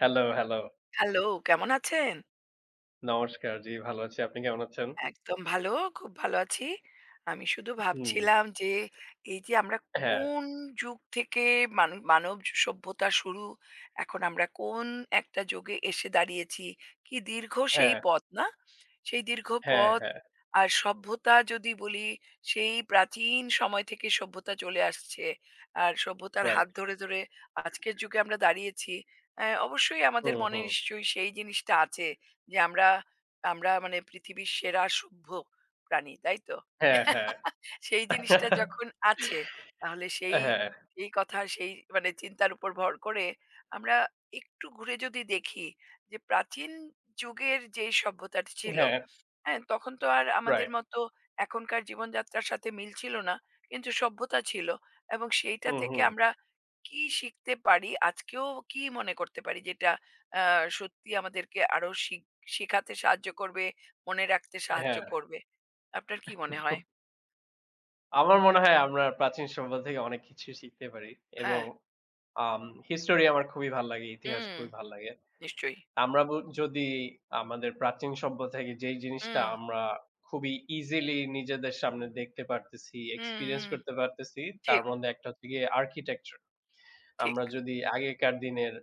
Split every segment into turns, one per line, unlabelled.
Hello, hello.
Hello, কেমন আছেন?
নমস্কার। জি, ভালো আছি। আপনি কেমন আছেন?
একদম ভালো, খুব ভালো আছি। আমি শুধু
হুম।
ভাবছিলাম যে, এই যে আমরা
হ্যাঁ,
কোন যুগ থেকে মানব সভ্যতা শুরু, এখন আমরা কোন একটা যুগে এসে দাঁড়িয়েছি। কি দীর্ঘ সেই
হ্যাঁ,
পথ না? সেই দীর্ঘ
হ্যাঁ,
পথ
হ্যাঁ।
আর সভ্যতা যদি বলি, সেই প্রাচীন সময় থেকে সভ্যতা চলে আসছে। আর সভ্যতার
রাইট।
হাত ধরে আজকের যুগে আমরা দাঁড়িয়েছি। অবশ্যই আমাদের
হুম,
মনে
হুম।
নিশ্চয়ই সেই জিনিসটা আছে যে আমরা আমরা মানে পৃথিবীর সেরা সভ্য প্রাণী, তাই তো?
হ্যাঁ, হ্যাঁ।
সেই জিনিসটা যখন আছে তাহলে সেই
হ্যাঁ,
এই কথা সেই মানে চিন্তার উপর ভর করে আমরা একটু ঘুরে যদি দেখি যে প্রাচীন যুগের যে সভ্যতাটা ছিল,
হ্যাঁ।
হ্যাঁ, তখন তো আর আমাদের
রাইট।
মতো এখনকার জীবনযাত্রার সাথে মিল ছিল না। কিন্তু সভ্যতা ছিল। এবং সেইটা
হুম,
থেকে
হুম।
আমরা কি শিখতে পারি, আজকেও কি মনে করতে পারি যেটা আ সত্যি আমাদেরকে আরো শেখাতে সাহায্য করবে, মনে রাখতে সাহায্য
হ্যাঁ।
করবে? আপনার কি মনে হয়?
আমার মনে হয় আমরা প্রাচীন সভ্যতা থেকে অনেক কিছু শিখতে পারি এবং
হ্যাঁ,
আম হিস্টোরি আমার খুবই ভাল লাগে। ইতিহাস
হুম,
খুবই ভাল লাগে।
নিশ্চয়ই।
আমরা ব যদি আমাদের প্রাচীন সভ্যতা থেকে যেই জিনিসটা
হুম,
আমরা খুবই ইজিলি নিজেদের সামনে দেখতে পারতেছি,
হুম,
এক্সপেরিয়েন্স
হুম।
করতে পারতেছি, তার
ঠিক,
মধ্যে একটা হচ্ছে গিয়ে আর্কিটেকচার।
ঠিক,
আমরা যদি আগেকার দিনের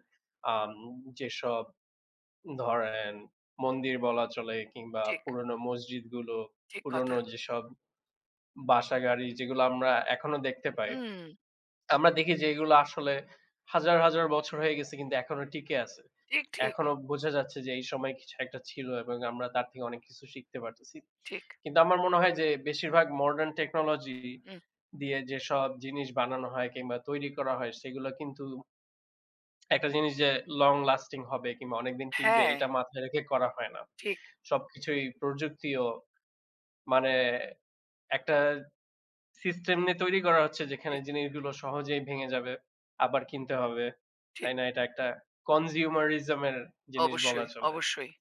আম যেসব ধরেন মন্দির বলা চলে কিংবা
ঠিক,
পুরনো মসজিদগুলো,
ঠিক
পুরনো
কথা।
যেসব বাসাগাড়ি যেগুলো আমরা এখনো দেখতে পাই।
হুম,
আমরা দেখি যে এগুলো আসলে হাজার, হাজার বছর হয়ে গেছে কিন্তু এখনো টিকে আছে।
ঠিক, ঠিক,
এখনো বোঝা যাচ্ছে যে এই সময় কিছু একটা ছিল এবং আমরা তার থেকে অনেক কিছু শিখতে পারতেছি।
ঠিক।
কিন্তু আমার মনে হয় যে বেশিরভাগ মডার্ন টেকনোলজি
হুম,
দিয়ে যেসব জিনিস বানানো হয় কিংবা তৈরি করা হয় সেগুলো কিন্তু একটা জিনিস যে লং লাস্টিং হবে কিংবা অনেকদিন টিকবে
হ্যাঁ,
এটা মাথায় রেখে করা হয় না।
ঠিক,
সবকিছুই প্রযুক্তিও মানে একটা সিস্টেম নিয়ে তৈরি করা হচ্ছে যেখানে
ঠিক,
জিনিসগুলো সহজেই ভেঙে যাবে, আবার কিনতে হবে। তাই
ঠিক।
না? এটা একটা consumerism এর জিনিস বলা
অবশ্যই,
চলে।
অবশ্যই।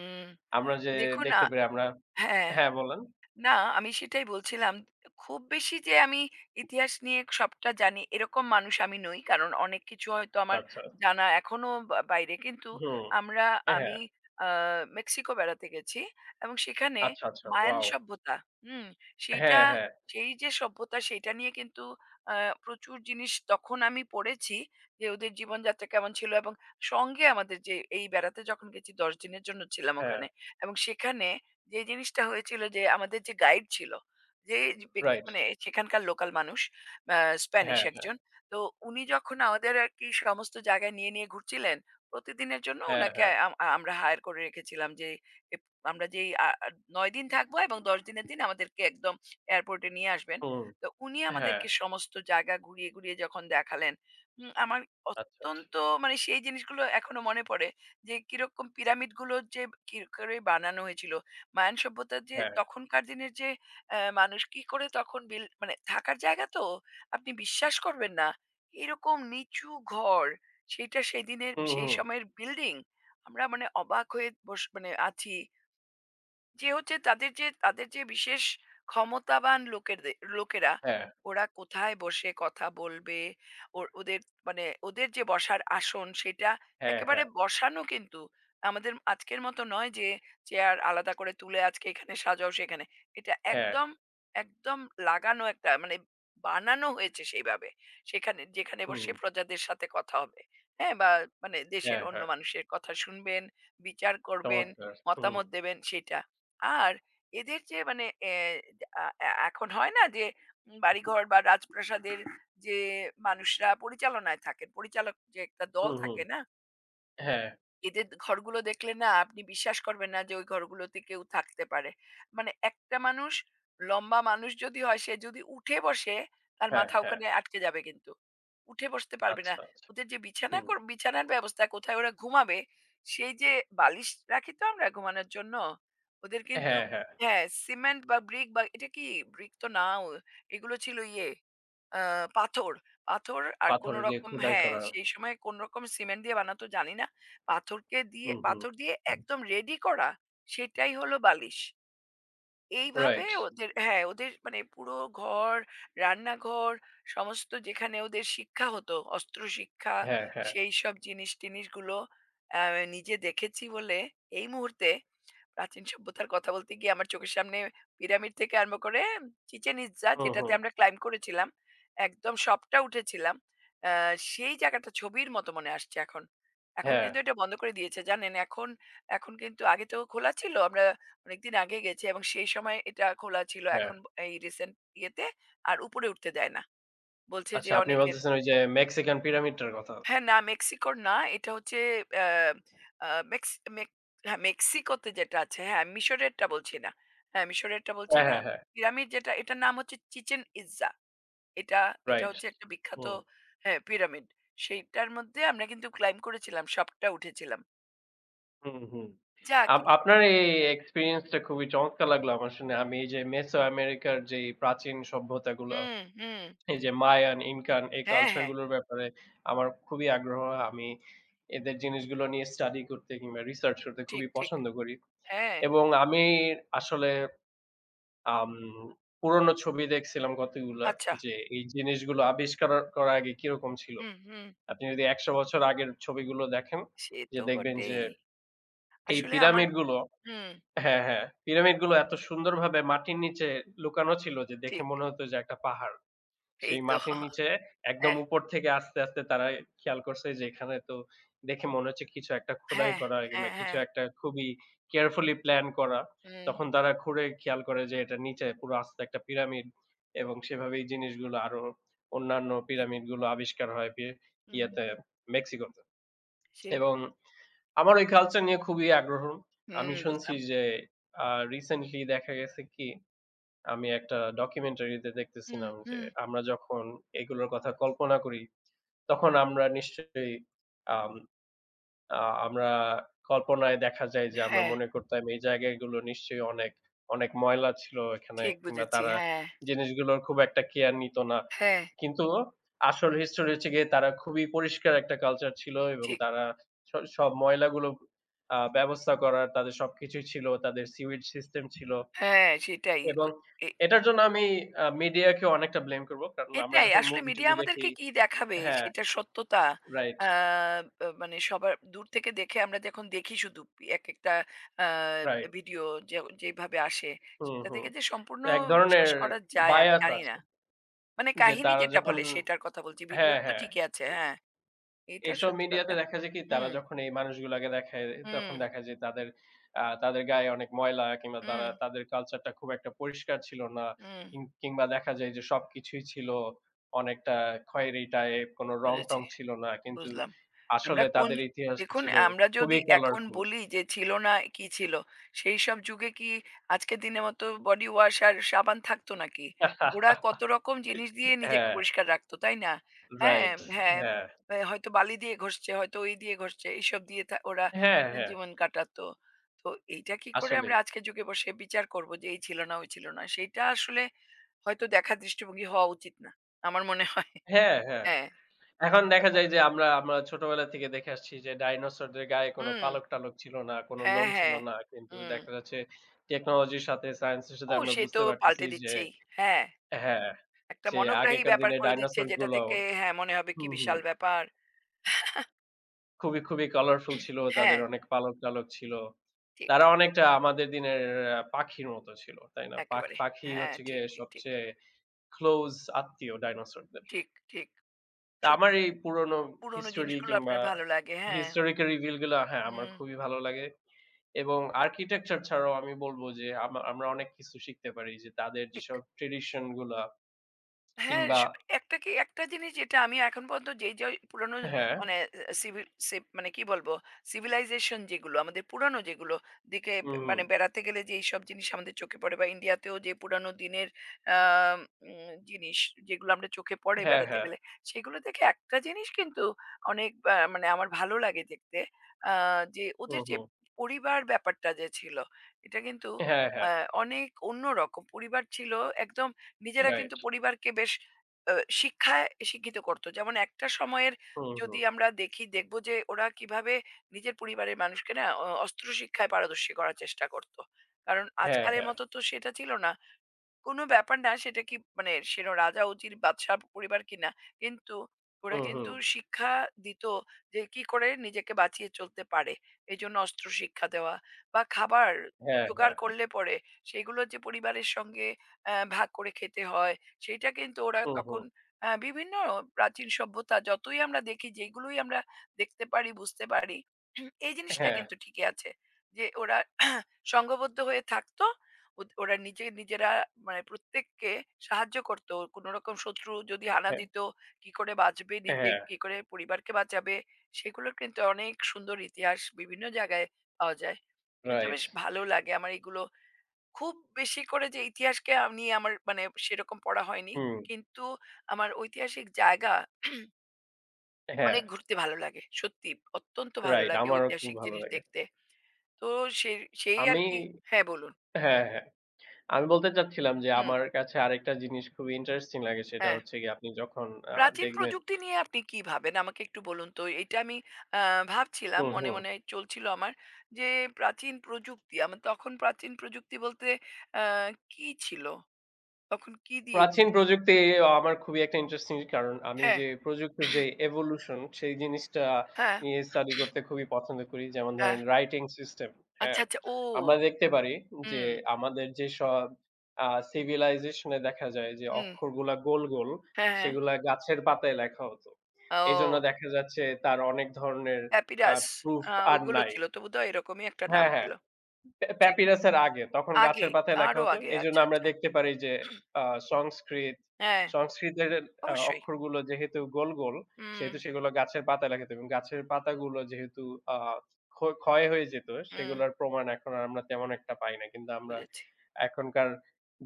উম
আমরা যে
দেখুন,
দেখতে পারি আমরা
হ্যাঁ।
হ্যাঁ, বলেন।
না, আমি সেটাই বলছিলাম। খুব বেশি যে আমি ইতিহাস নিয়ে সবটা জানি এরকম মানুষ আমি নই। কারণ অনেক কিছু হয়তো আমার
আচ্ছা।
জানা এখনো বা বাইরে। কিন্তু
হুম।
আমরা
হ্যাঁ।
আমি আ মেক্সিকো বেড়াতে গেছি এবং সেখানে
আচ্ছা, আচ্ছা।
Mayan
wow!
সভ্যতা, হুম? সেইটা
হ্যাঁ, হ্যাঁ,
সেই যে সভ্যতা সেইটা নিয়ে কিন্তু আ প্রচুর জিনিস তখন আমি পড়েছি যে ওদের জীবনযাত্রা কেমন ছিল, এবং সঙ্গে আমাদের যে এই বেড়াতে যখন গেছি ১০ দিনের জন্য ছিলাম
হ্যাঁ।
ওখানে এবং সেখানে যে জিনিসটা হয়েছিল যে আমাদের যে গাইড ছিল, যে ব্যক্তি
রাইট।
মানে সেখানকার লোকাল মানুষ, আ স্প্যানিশ
হ্যাঁ,
একজন। তো উনি যখন আমাদের আরকি সমস্ত জায়গায় নিয়ে ঘুরছিলেন, প্রতিদিনের জন্য
হ্যাঁ,
উনাকে
হ্যাঁ।
আমরা হায়ার করে রেখেছিলাম যে এপ আমরা যেই ৯ দিন থাকবো এবং ১০ দিনের দিন আমাদেরকে একদম এয়ারপোর্টে নিয়ে আসবেন।
হুম।
তো উনি
হ্যাঁ।
আমাদেরকে সমস্ত জায়গা ঘুরিয়ে যখন দেখালেন, হুম, আমার
আচ্ছা, আচ্ছা।
অত্যন্ত মানে সেই জিনিসগুলো এখনো মনে পড়ে যে কিরকম পিরামিডগুলো যে কি করে বানানো হয়েছিল। মায়ান সভ্যতার যে
হ্যাঁ।
তখনকার দিনের যে মানুষ কি করে তখন মানে থাকার জায়গা তো আপনি বিশ্বাস করবেন না। এরকম নিচু ঘর সেইটা সেদিনের
হুম,
সেই
হুম।
সময়ের বিল্ডিং। আমরা মানে অবাক হয়ে মানে আছি। যে হচ্ছে তাদের যে তাদের যে বিশেষ ক্ষমতাবান লোকেরা
হ্যাঁ,
ওরা কোথায় বসে কথা বলবে, ওদের মানে ওদের যে বসার আসন সেটা
হ্যাঁ,
একেবারে
হ্যাঁ।
বসানো, কিন্তু আমাদের আজকের মতো নয় যে চেয়ার আলাদা করে তুলে আজকে এখানে সাজাও সেখানে। এটা
হ্যাঁ,
একদম একদম লাগানো, একটা মানে বানানো হয়েছে সেইভাবে, সেখানে যেখানে
হুম,
বসে প্রজাদের সাথে কথা হবে, হ্যাঁ, বা মানে দেশের
হ্যাঁ,
অন্য
হ্যাঁ,
মানুষের কথা শুনবেন, বিচার করবেন,
চমৎকার! হুম,
মতামত দেবেন সেটা। আর এদের যে মানে এ আ এ এখন হয় না যে বাড়িঘর বা রাজপ্রাসাদের যে মানুষরা পরিচালনায় থাকেন, পরিচালক যে একটা দল
হুম, হুম।
থাকে না?
হ্যাঁ,
এদের ঘরগুলো দেখলে না আপনি বিশ্বাস করবেন না যে ওই ঘরগুলোতে কেউ থাকতে পারে। মানে একটা মানুষ, লম্বা মানুষ যদি হয়, সে যদি উঠে বসে, তার
হ্যাঁ,
মাথা
হ্যাঁ।
ওখানে আটকে যাবে কিন্তু। উঠে বসতে পারবে না।
আচ্ছা, আচ্ছা।
ওদের যে
হুম।
বিছানার ব্যবস্থা কোথায় ওরা ঘুমাবে, সেই যে বালিশ রাখি তো আমরা ঘুমানোর জন্য। ওদের কিন্তু
হ্যাঁ, হ্যাঁ।
হ্যাঁ, সিমেন্ট বা ব্রিক বা এটা কি, ব্রিক তো না ও, এগুলো ছিল ইয়ে আ পাথর। পাথর আর
পাথর
কোন
দিয়ে
রকম,
খোদাই
হ্যাঁ,
করা।
সেই সময় কোন রকম সিমেন্ট দিয়ে বানাতো জানি না।
হুম, হুম।
পাথর দিয়ে একদম রেডি করা, সেটাই হলো বালিশ। এইভাবে
রাইট।
ওদের, হ্যাঁ, ওদের মানে পুরো ঘর, রান্নাঘর, সমস্ত যেখানে ওদের শিক্ষা হতো, অস্ত্র শিক্ষা,
হ্যাঁ, হ্যাঁ।
সেইসব জিনিস-টিনিসগুলো আ নিজে দেখেছি বলে এই মুহূর্তে প্রাচীন সভ্যতার কথা বলতে গিয়ে আমার চোখের সামনে পিরামিড থেকে আরম্ভ করে চিচেন ইৎজা,
হুম,
যেটাতে
হুম।
আমরা ক্লাইম্ব করেছিলাম, একদম সবটা উঠেছিলাম। আহ, সেই জায়গাটা ছবির মতো মনে আসছে এখন। এখন
হ্যাঁ,
কিন্তু এটা বন্ধ করে দিয়েছে, জানেন, এখন। এখন কিন্তু আগে তো খোলা ছিল, আমরা অনেকদিন আগে গেছি এবং সেই সময় এটা খোলা ছিল।
হ্যাঁ।
এখন এই রিসেন্ট ইয়েতে আর উপরে উঠতে দেয় না, বলছে
আচ্ছা,
যে
আপনি
অনেকে।
বলতেছেন ওই যে মেক্সিকান পিরামিডটার কথা।
হ্যাঁ, না মেক্সিকোর না। এটা হচ্ছে আ আ মেক্স মেক হ্যাঁ, মেক্সিকোতে যেটা আছে, হ্যাঁ, মিশরেরটা বলছি না। হ্যাঁ, মিশরেরটা বলছি
হ্যাঁ,
না।
হ্যাঁ, হ্যাঁ।
পিরামিড যেটা এটার নাম হচ্ছে চিচেন ইজ্জা। এটা এটা
রাইট।
হচ্ছে একটা বিখ্যাত,
হুম,
হ্যাঁ, পিরামিড। সেইটার মধ্যে আমরা কিন্তু ক্লাইম্ব করেছিলাম। সবটা উঠেছিলাম।
হুম, হুম।
যাক,
আপনার এই এক্সপেরিয়েন্সটা খুবই চমৎকার লাগলো আমার শুনে। আমি এই যে মেসো আমেরিকার যেই প্রাচীন সভ্যতাগুলা
হুম, হুম।
এই যে মায়ান, ইনকান এই
হ্যাঁ,
কালচার
হ্যাঁ।
গুলোর ব্যাপারে আমার খুবই আগ্রহ। আমি এদের জিনিসগুলো নিয়ে স্টাডি করতে কিংবা রিসার্চ করতে
ঠিক,
খুবই
ঠিক।
পছন্দ করি।
হ্যাঁ।
এবং আমি আসলে আম পুরনো ছবি দেখছিলাম কতগুলা
আচ্ছা।
যে এই জিনিসগুলো আবিষ্কার করার আগে কিরকম ছিল।
হুম, হুম।
আপনি যদি ১০০ বছর আগের ছবিগুলো দেখেন
সে
যে
তো
দেখবেন যে
বটেই।
এই
আসলে আমার
পিরামিডগুলো
হুম,
হ্যাঁ, হ্যাঁ। পিরামিডগুলো এত সুন্দরভাবে মাটির নিচে লুকানো ছিল যে দেখে
ঠিক।
মনে হতো যে একটা পাহাড়।
এই
সেই
তো।
মাটির নিচে একদম
হ্যাঁ।
উপর থেকে আস্তে, আস্তে তারা খেয়াল করছে যে এখানে তো দেখে মনে হচ্ছে কিছু একটা খোদাই
হ্যাঁ,
করা কিংবা
হ্যাঁ,
কিছু
হ্যাঁ।
একটা খুবই কেয়ারফুলি প্ল্যান করা।
হুম।
তখন তারা খুঁড়ে খেয়াল করে যে এটার নিচে পুরো আস্ত একটা পিরামিড এবং সেভাবেই জিনিসগুলো আরো অন্যান্য পিরামিডগুলো আবিষ্কার হয়
হুম,
ইয়েতে মেক্সিকোতে।
সেই
এবং আমার ওই কালচার নিয়ে খুবই আগ্রহ।
হুম,
আমি শুনছি
বুঝলাম।
যে আ রিসেন্টলি দেখা গেছে কি আমি একটা ডকুমেন্টারিতে
হুম,
দেখতেছিলাম যে,
হুম।
আমরা যখন এগুলোর কথা কল্পনা করি, তখন আমরা নিশ্চয়ই আম আ আমরা কল্পনায় দেখা যায় যে আমরা
হ্যাঁ,
মনে করতাম এই জায়গাগুলো নিশ্চয়ই অনেক, অনেক ময়লা ছিল এখানে
ঠিক
কিংবা
বুঝেছি।
তারা
হ্যাঁ,
জিনিসগুলোর খুব একটা কেয়ার নিত না।
হ্যাঁ,
কিন্তু আসল হিস্টোরি হচ্ছে গিয়ে তারা খুবই পরিষ্কার একটা কালচার ছিল এবং
ঠিক।
তারা সব ময়লাগুলো ব্যবস্থা করার তাদের সবকিছুই ছিল। তাদের সিউয়েজ সিস্টেম ছিল।
হ্যাঁ, সেটাই। ও
এবং
এ
এটার জন্য আমি মিডিয়াকেও অনেকটা ব্লেম করব। কারণ আমরা
এটাই
যখন
আসলে মিডিয়া
মুভি-টুভি দেখি
আমাদেরকে কি দেখাবে
হ্যাঁ,
সেটার সত্যতা।
রাইট,
আ আ মানে সবার দূর থেকে দেখে আমরা যখন দেখি শুধু একেকটা আ
রাইট।
ভিডিও যে যেভাবে আসে
হুম,
সেটা
হুম।
থেকে যে সম্পূর্ণ
এক ধরনের
বিশ্বাস করা যায় আমি
বায়াস
জানি না।
আছে
মানে
যে
কাহিনী
তারা
যেটা
যখন
বলে সেটার কথা বলছি।
হ্যাঁ,
ভিডিওর তো
হ্যাঁ।
ঠিকই আছে।
এ
হ্যাঁ, এটা
এইসব
সত্যি কথা।
মিডিয়াতে দেখা যায় কি তারা
হুম,
যখন এই মানুষগুলাকে দেখায় তখন
হুম,
দেখা যায় তাদের তাদের গায়ে অনেক ময়লা কিংবা
হুম,
তারা তাদের কালচারটা খুব একটা পরিষ্কার ছিল না।
হুম।
কিংবা দেখা যায় যে সবকিছুই ছিল অনেকটা খয়েরি টাইপ, কোনো রং-টং
বুঝেছি,
ছিল না। কিন্তু
বুঝলাম।
আসলে
আমরা কোন
তাদের ইতিহাসটা
দেখুন
ছিল
আমরা
খুবই
যদি এখন
কালারফুল।
বলি যে ছিল না কি ছিল, সেই সব যুগে কি আজকের দিনের মতো বডি ওয়াশ আর সাবান থাকতো নাকি? ওরা কত রকম জিনিস দিয়ে নিজেকে
হ্যাঁ,
পরিষ্কার রাখতো, তাই না? হ্যাঁ,
রাইট।
হ্যাঁ,
হ্যাঁ।
এ হয়তো বালি দিয়ে ঘষছে, হয়তো ওই দিয়ে ঘষছে। এইসব দিয়ে ওরা
হ্যাঁ, হ্যাঁ।
জীবন কাটাতো। তো এইটা কি করে
আসলেই।
আমরা আজকের যুগে বসে বিচার করব যে এই ছিল না, ওই ছিল না? সেইটা আসলে হয়তো দেখার দৃষ্টিভঙ্গি হওয়া উচিত না। আমার মনে হয়।
হ্যাঁ, হ্যাঁ।
হ্যাঁ,
এখন দেখা
কথা।
যায় যে আমরা আমরা ছোটবেলা থেকে দেখে আসছি যে ডাইনোসরদের গায়ে কোনো
হুম।
পালক-টালক ছিল না, কোনো
হ্যাঁ,
লোম ছিল
হ্যাঁ।
না। কিন্তু
হুম।
দেখা যাচ্ছে টেকনোলজির সাথে সায়েন্সের সাথে
ও
আমরা
সে
বুঝতে
তো
পারতেছি
পাল্টে
যে
দিচ্ছেই। হ্যাঁ,
হ্যাঁ,
একটা
যে
মনোগ্রাহী
আগেকার
ব্যাপার
দিনে
করে দিচ্ছে
ডাইনোসর
যেটা
গুলো
থেকে হ্যাঁ, মনে হবে কি
হুম, হুম।
বিশাল ব্যাপার।
খুবই, খুবই কালারফুল ছিল। তাদের
হ্যাঁ,
অনেক পালক-টালক ছিল।
ঠিক।
তারা অনেকটা আমাদের দিনের পাখির মতো ছিল। তাই না?
একেবারে।
পাখি
হ্যাঁ,
হচ্ছে গিয়ে
ঠিক, ঠিক, ঠিক।
সবচেয়ে ক্লোজ আত্মীয় ডাইনোসরদের।
ঠিক, ঠিক।
তা আমার
সত্যি
এই পুরনো
পুরোনো
হিস্টোরি
জিনিসগুলো
কিংবা
আপনার ভালো লাগে। হ্যাঁ।
হিস্টোরিক্যাল রিভিল গুলা হ্যাঁ, আমার
হুম,
খুবই ভালো লাগে। এবং আর্কিটেকচার ছাড়াও আমি বলব যে আমরা অনেক কিছু শিখতে পারি যে তাদের
ঠিক।
যেসব ট্র্যাডিশন গুলা
হ্যাঁ,
কিংবা
স একটা কি একটা জিনিস যেটা আমি এখন পর্যন্ত যেই পুরানো
হ্যাঁ,
মানে আ সিভিল সিপ মানে কি বলবো? civilization যেগুলো আমাদের পুরানো যেগুলো দিকে
হুম, হুম।
মানে বেড়াতে গেলে যেইসব জিনিস আমাদের চোখে পড়ে বা ইন্ডিয়াতেও যে পুরানো দিনের আ উম জিনিস যেগুলো আমরা চোখে পড়ে
হ্যাঁ,
বেড়াতে
হ্যাঁ।
গেলে, সেগুলো দেখে একটা জিনিস কিন্তু অনেক মানে আমার ভালো লাগে দেখতে। আ যে
হুম,
ওদের যে
হুম।
পরিবার ব্যাপারটা যে ছিল, এটা কিন্তু
হ্যাঁ, হ্যাঁ।
আ অনেক অন্যরকম। পরিবার ছিল একদম, নিজেরা
রাইট।
কিন্তু পরিবারকে বেশ আ শিক্ষায় শিক্ষিত করত। যেমন একটা সময়ের
হুম,
যদি
হুম।
আমরা দেখি দেখব যে ওরা কিভাবে নিজের পরিবারের মানুষকে না অস্ত্র শিক্ষায় পারদর্শী করার চেষ্টা করত। কারণ
হ্যাঁ,
আজকালের
হ্যাঁ।
মতো তো সেটা ছিল না। কোনো ব্যাপার না সেটা কি মানে সে রাজা উজির বাদশাহ পরিবার কিনা। কিন্তু ওরা
হুম, হুম।
কিন্তু শিক্ষা দিত যে কি করে নিজেকে বাঁচিয়ে চলতে পারে। এজন্য অস্ত্র শিক্ষা দেওয়া বা খাবার
হ্যাঁ,
জোগাড়
হ্যাঁ।
করলে পরে সেগুলো যে পরিবারের সঙ্গে ভাগ করে খেতে হয়, সেইটা কিন্তু ওরা
হুম, হুম।
তখন বিভিন্ন প্রাচীন সভ্যতা যতই আমরা দেখি, যেগুলোই আমরা দেখতে পারি, বুঝতে পারি এই জিনিসটা
হ্যাঁ,
কিন্তু ঠিকই আছে। যে ওরা সংঘবদ্ধ হয়ে থাকতো, ওরা নিজে নিজেরা মানে প্রত্যেককে সাহায্য করতো, কোনো রকম শত্রু যদি হানা
হ্যাঁ,
দিত, কি করে বাঁচবে, নিজে
হ্যাঁ।
কি করে পরিবারকে বাঁচাবে, সেগুলোর কিন্তু অনেক সুন্দর ইতিহাস বিভিন্ন জায়গায় পাওয়া যায়, কিন্তু
রাইট।
বেশ ভালো লাগে আমার এগুলো। খুব বেশি করে যে ইতিহাসকে আমি আমার মানে সেরকম পড়া হয়নি,
হুম।
কিন্তু আমার ঐতিহাসিক জায়গা
হ্যাঁ,
অনেক ঘুরতে ভালো লাগে সত্যি, অত্যন্ত ভালো
রাইট।
লাগে
আমারও খুব
ঐতিহাসিক
ভালো
জিনিস
লাগে।
দেখতে। তো সে- সেই আর
আমি
কি। হ্যাঁ বলুন।
হ্যাঁ, হ্যাঁ। আমি বলতে চাচ্ছিলাম যে,
হুম,
আমার কাছে আরেকটা জিনিস খুবই ইন্টারেস্টিং লাগে সেটা
হ্যাঁ,
হচ্ছে গিয়ে আপনি যখন আ
প্রাচীন
দেখবেন
প্রযুক্তি নিয়ে আপনি কি ভাবেন? আমাকে একটু বলুন তো। এইটা আমি আ ভাবছিলাম,
হুম,
মনে,
হুম।
মনে চলছিল আমার যে প্রাচীন প্রযুক্তি আমার তখন প্রাচীন প্রযুক্তি বলতে আ কি ছিল? তখন কি দিয়ে
প্রাচীন
জিনিস
প্রযুক্তি আমার খুবই একটা ইন্টারেস্টিং কারণ আমি
হ্যাঁ,
যে প্রযুক্তির যে এভলিউশন সেই জিনিসটা
হ্যাঁ,
নিয়ে স্টাডি করতে খুবই পছন্দ করি। যেমন
হ্যাঁ।
ধরেন রাইটিং সিস্টেম, হ্যাঁ?
আচ্ছা, আচ্ছা। ও!
আমরা দেখতে পারি যে
হুম,
আমাদের যেসব আ সিভিলাইজেশন এ দেখা যায় যে
হুম।
অক্ষরগুলা গোল, গোল
হ্যাঁ, হ্যাঁ।
সেগুলা গাছের পাতায় লেখা হতো। এজন্য
ও
দেখা যাচ্ছে তার অনেক ধরনের আ
প্যাপিরাস
প্রুফ আর
ওইগুলো
নাই।
ছিল তো বোধহয় এরকমই একটা নাম
হ্যাঁ, হ্যাঁ।
ছিল। ঠিক।
প্যাপিরাস এর আগে। তখন
আগে,
গাছের পাতায় লেখা
আরো
হতো।
আগে।
এজন্য
আচ্ছা,
আমরা
আচ্ছা।
দেখতে পারি যে
হুম,
আ সংস্কৃত,
হ্যাঁ,
সংস্কৃতের
অবশ্যই।
অক্ষরগুলো যেহেতু গোল, গোল
হুম,
সেহেতু সেগুলো গাছের পাতায় লেখা হতো এবং গাছের পাতাগুলো যেহেতু আ ক্ষ ক্ষয় হয়ে যেত
হুম
সেগুলোর প্রমাণ এখন আর আমরা তেমন একটা পাই না। কিন্তু আমরা
বুঝেছি।
এখনকার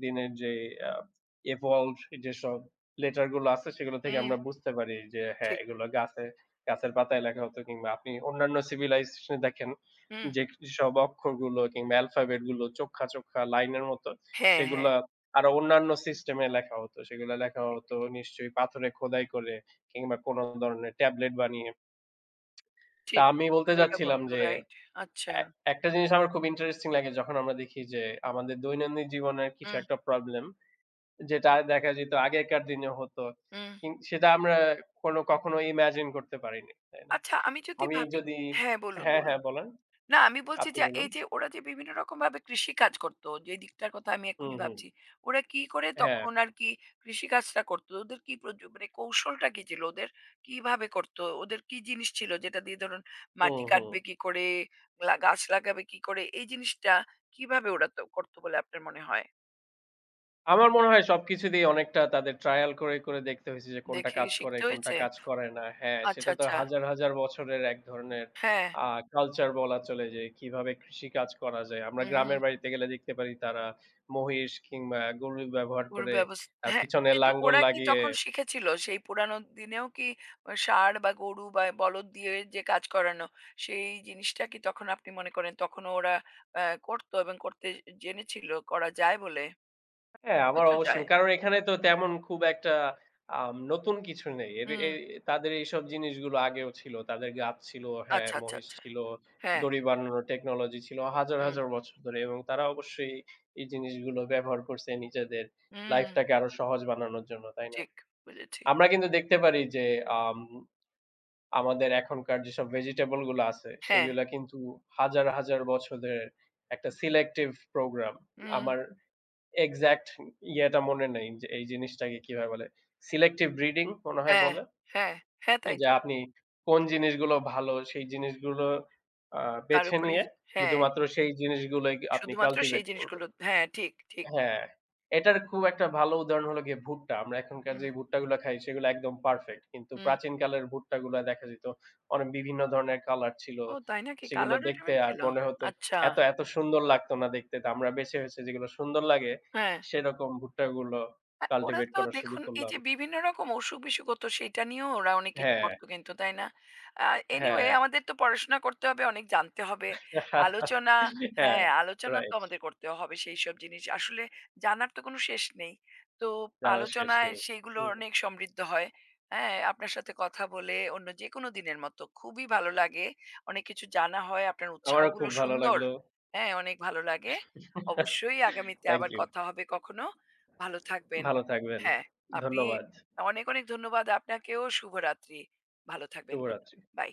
দিনের যে আ evolved যেসব লেটার গুলো আছে সেগুলো থেকে
হুম,
আমরা বুঝতে পারি যে হ্যাঁ,
ঠিক।
এগুলো গাছের পাতায় লেখা হতো কিংবা আপনি অন্যান্য civilization এ দেখেন
হুম।
যে সব অক্ষরগুলো কিংবা অ্যালফাবেট গুলো চোখ্খা, চোখ্খা লাইনের মতো
হ্যাঁ, হ্যাঁ।
সেগুলা আরো অন্যান্য সিস্টেমে লেখা হতো। সেগুলা লেখা
ঠিক,
হতো নিশ্চয়ই পাথরে খোদাই করে কিংবা কোন ধরনের ট্যাবলেট বানিয়ে। তা
ঠিক।
আমি বলতে
করে ওঠা
চাচ্ছিলাম
কত
যে
রাইট? আচ্ছা।
এ একটা জিনিস আমার খুব ইন্টারেস্টিং লাগে যখন আমরা দেখি যে আমাদের দৈনন্দিন জীবনের কিছু
হুম,
একটা প্রবলেম যেটা দেখা যেত আগেকার দিনে হতো।
হুম।
সেটা আমরা কখনো ইমাজিন করতে পারিনি। তাই না?
আচ্ছা আমি যদি
আমি
ভাবি
যদি
হ্যাঁ, বলুন,
হ্যাঁ,
বলুন।
হ্যাঁ বলেন।
না, আমি বলছি
আপনি
যে
বলুন।
এই যে ওরা যে বিভিন্ন রকমভাবে কৃষিকাজ করত, যে দিকটার কথা আমি
হুম,
এক্ষুনি
হুম।
ভাবছি। ওরা কি করে
হ্যাঁ।
তখন আর কি কৃষিকাজটা করত? ওদের কি মানে কৌশলটা কি ছিল? ওদের কিভাবে করত? ওদের কি জিনিস ছিল যেটা দিয়ে ধরুন
হুম,
মাটি
হুম।
কাটবে কি করে? গাছ লাগাবে কি করে? এই জিনিসটা কিভাবে ওরা তো করত বলে আপনার মনে হয়?
আমার মনে হয় সবকিছু দিয়েই অনেকটা তাদের ট্রায়াল করে, করে দেখতে হইছে যে কোনটা
দেখে
কাজ করে,
শিখতে
কোনটা
হয়েছে?
কাজ করে না। হ্যাঁ,
আচ্ছা,
সেটা তো
আচ্ছা।
হাজার, হাজার বছরের এক ধরনের
হ্যাঁ।
আ কালচার বলা চলে যে কিভাবে কৃষিকাজ করা যায়। আমরা
হুম, হুম।
গ্রামের বাড়িতে গেলে দেখতে পারি তারা মহিষ কিংবা গরু ব্যবহার
ওর
করে
ব্যবস
তার
হ্যাঁ,
পিছনে
কিন্তু
লাঙ্গল
ওরা কি
লাগিয়ে
তখন শিখেছিল? সেই পুরানো দিনেও কি ষাঁড় বা গরু বা বলদ দিয়ে যে কাজ করানো, সেই জিনিসটা কি তখন আপনি মনে করেন তখনও ওরা আ করত এবং করতে জেনেছিল করা যায় বলে?
হ্যাঁ, আমার
হয়তো
অবশ্যই।
যায়।
কারণ এখানে তো তেমন খুব একটা নতুন কিছু নেই। এর এ
হুম।
তাদের এইসব জিনিসগুলো আগেও ছিল। তাদের গাছ ছিল, হ্যাঁ,
আচ্ছা, আচ্ছা,
মহিষ
আচ্ছা।
ছিল,
হ্যাঁ।
দড়ি বানানোর টেকনোলজি ছিল হাজার,
হুম,
হাজার বছর ধরে এবং তারা অবশ্যই এই জিনিসগুলো ব্যবহার করছে নিজেদের
হুম।
লাইফটাকে আরো সহজ বানানোর জন্য, তাই না?
ঠিক বুঝেছি।
আমরা কিন্তু দেখতে পারি যে আম আমাদের এখনকার যেসব ভেজিটেবল গুলো আছে
হ্যাঁ।
সেগুলা কিন্তু হাজার, হাজার বছরের একটা সিলেক্টিভ প্রোগ্রাম।
হুম।
আমার এক্সাক্ট ইয়েটা মনে নেই যে এই জিনিসটাকে কিভাবে বলে? সিলেক্টিভ ব্রিডিং মনে হয়
হ্যাঁ,
বলে।
হ্যাঁ, হ্যাঁ, তাই
যে
তো।
আপনি কোন জিনিসগুলো ভালো সেই জিনিসগুলো আ
তার
বেছে নিয়ে
উপরেই হ্যাঁ,
শুধুমাত্র সেই জিনিসগুলোই আপনি
শুধুমাত্র
কাল্টিভেট
সেই
করবেন।
জিনিসগুলো হ্যাঁ, ঠিক, ঠিক।
হ্যাঁ, এটার খুব একটা ভালো উদাহরণ হলো গিয়ে ভুট্টা। আমরা এখনকার
হুম,
যে ভুট্টাগুলা খাই সেগুলা একদম পারফেক্ট। কিন্তু
হুম।
প্রাচীনকালের ভুট্টাগুলা দেখা যেত অনেক বিভিন্ন ধরনের কালার ছিল।
ও তাই নাকি?
সেগুলো
কালার
দেখতে
রেটমেন্ট
আর
ছিল?
মনে হতো
আচ্ছা।
এত, এত সুন্দর লাগতো না দেখতে। তো আমরা বেছে, বেছে যেগুলো সুন্দর লাগে
হ্যাঁ।
সেরকম ভুট্টাগুলো
ওরা
কাল্টিভেট
তো
করা শুরু
দেখুন এই
করলাম।
যে বিভিন্ন রকম অসুখ-বিসুখ হতো সেইটা নিয়েও ওরা অনেক কিছু
হ্যাঁ,
করত কিন্তু, তাই না? আ এনিওয়ে
হ্যাঁ,
আমাদের তো পড়াশোনা করতে হবে, অনেক জানতে হবে। আলোচনা
হ্যাঁ,
হ্যাঁ, আলোচনা তো
রাইট।
আমাদের করতে হবে সেইসব জিনিস। আসলে জানার তো কোনো শেষ নেই। তো
জানার শেষ
আলোচনায়
নেই।
সেইগুলো
হুম,
অনেক সমৃদ্ধ হয়। হ্যাঁ, আপনার সাথে কথা বলে অন্য যেকোনো দিনের মতো খুবই ভালো লাগে। অনেক কিছু জানা হয়, আপনার
আমারও
উৎসাহগুলো
খুব ভালো
সুন্দর।
লাগলো।
হ্যাঁ, অনেক ভালো লাগে। অবশ্যই আগামীতে
থ্যাংক
আবার
ইউ।
কথা হবে কখনো। ভালো থাকবেন।
ভালো থাকবেন।
হ্যাঁ, আপনি
ধন্যবাদ।
অনেক, অনেক ধন্যবাদ আপনাকেও, শুভরাত্রি। ভালো থাকবেন। গুড
শুভরাত্রি।
বাই।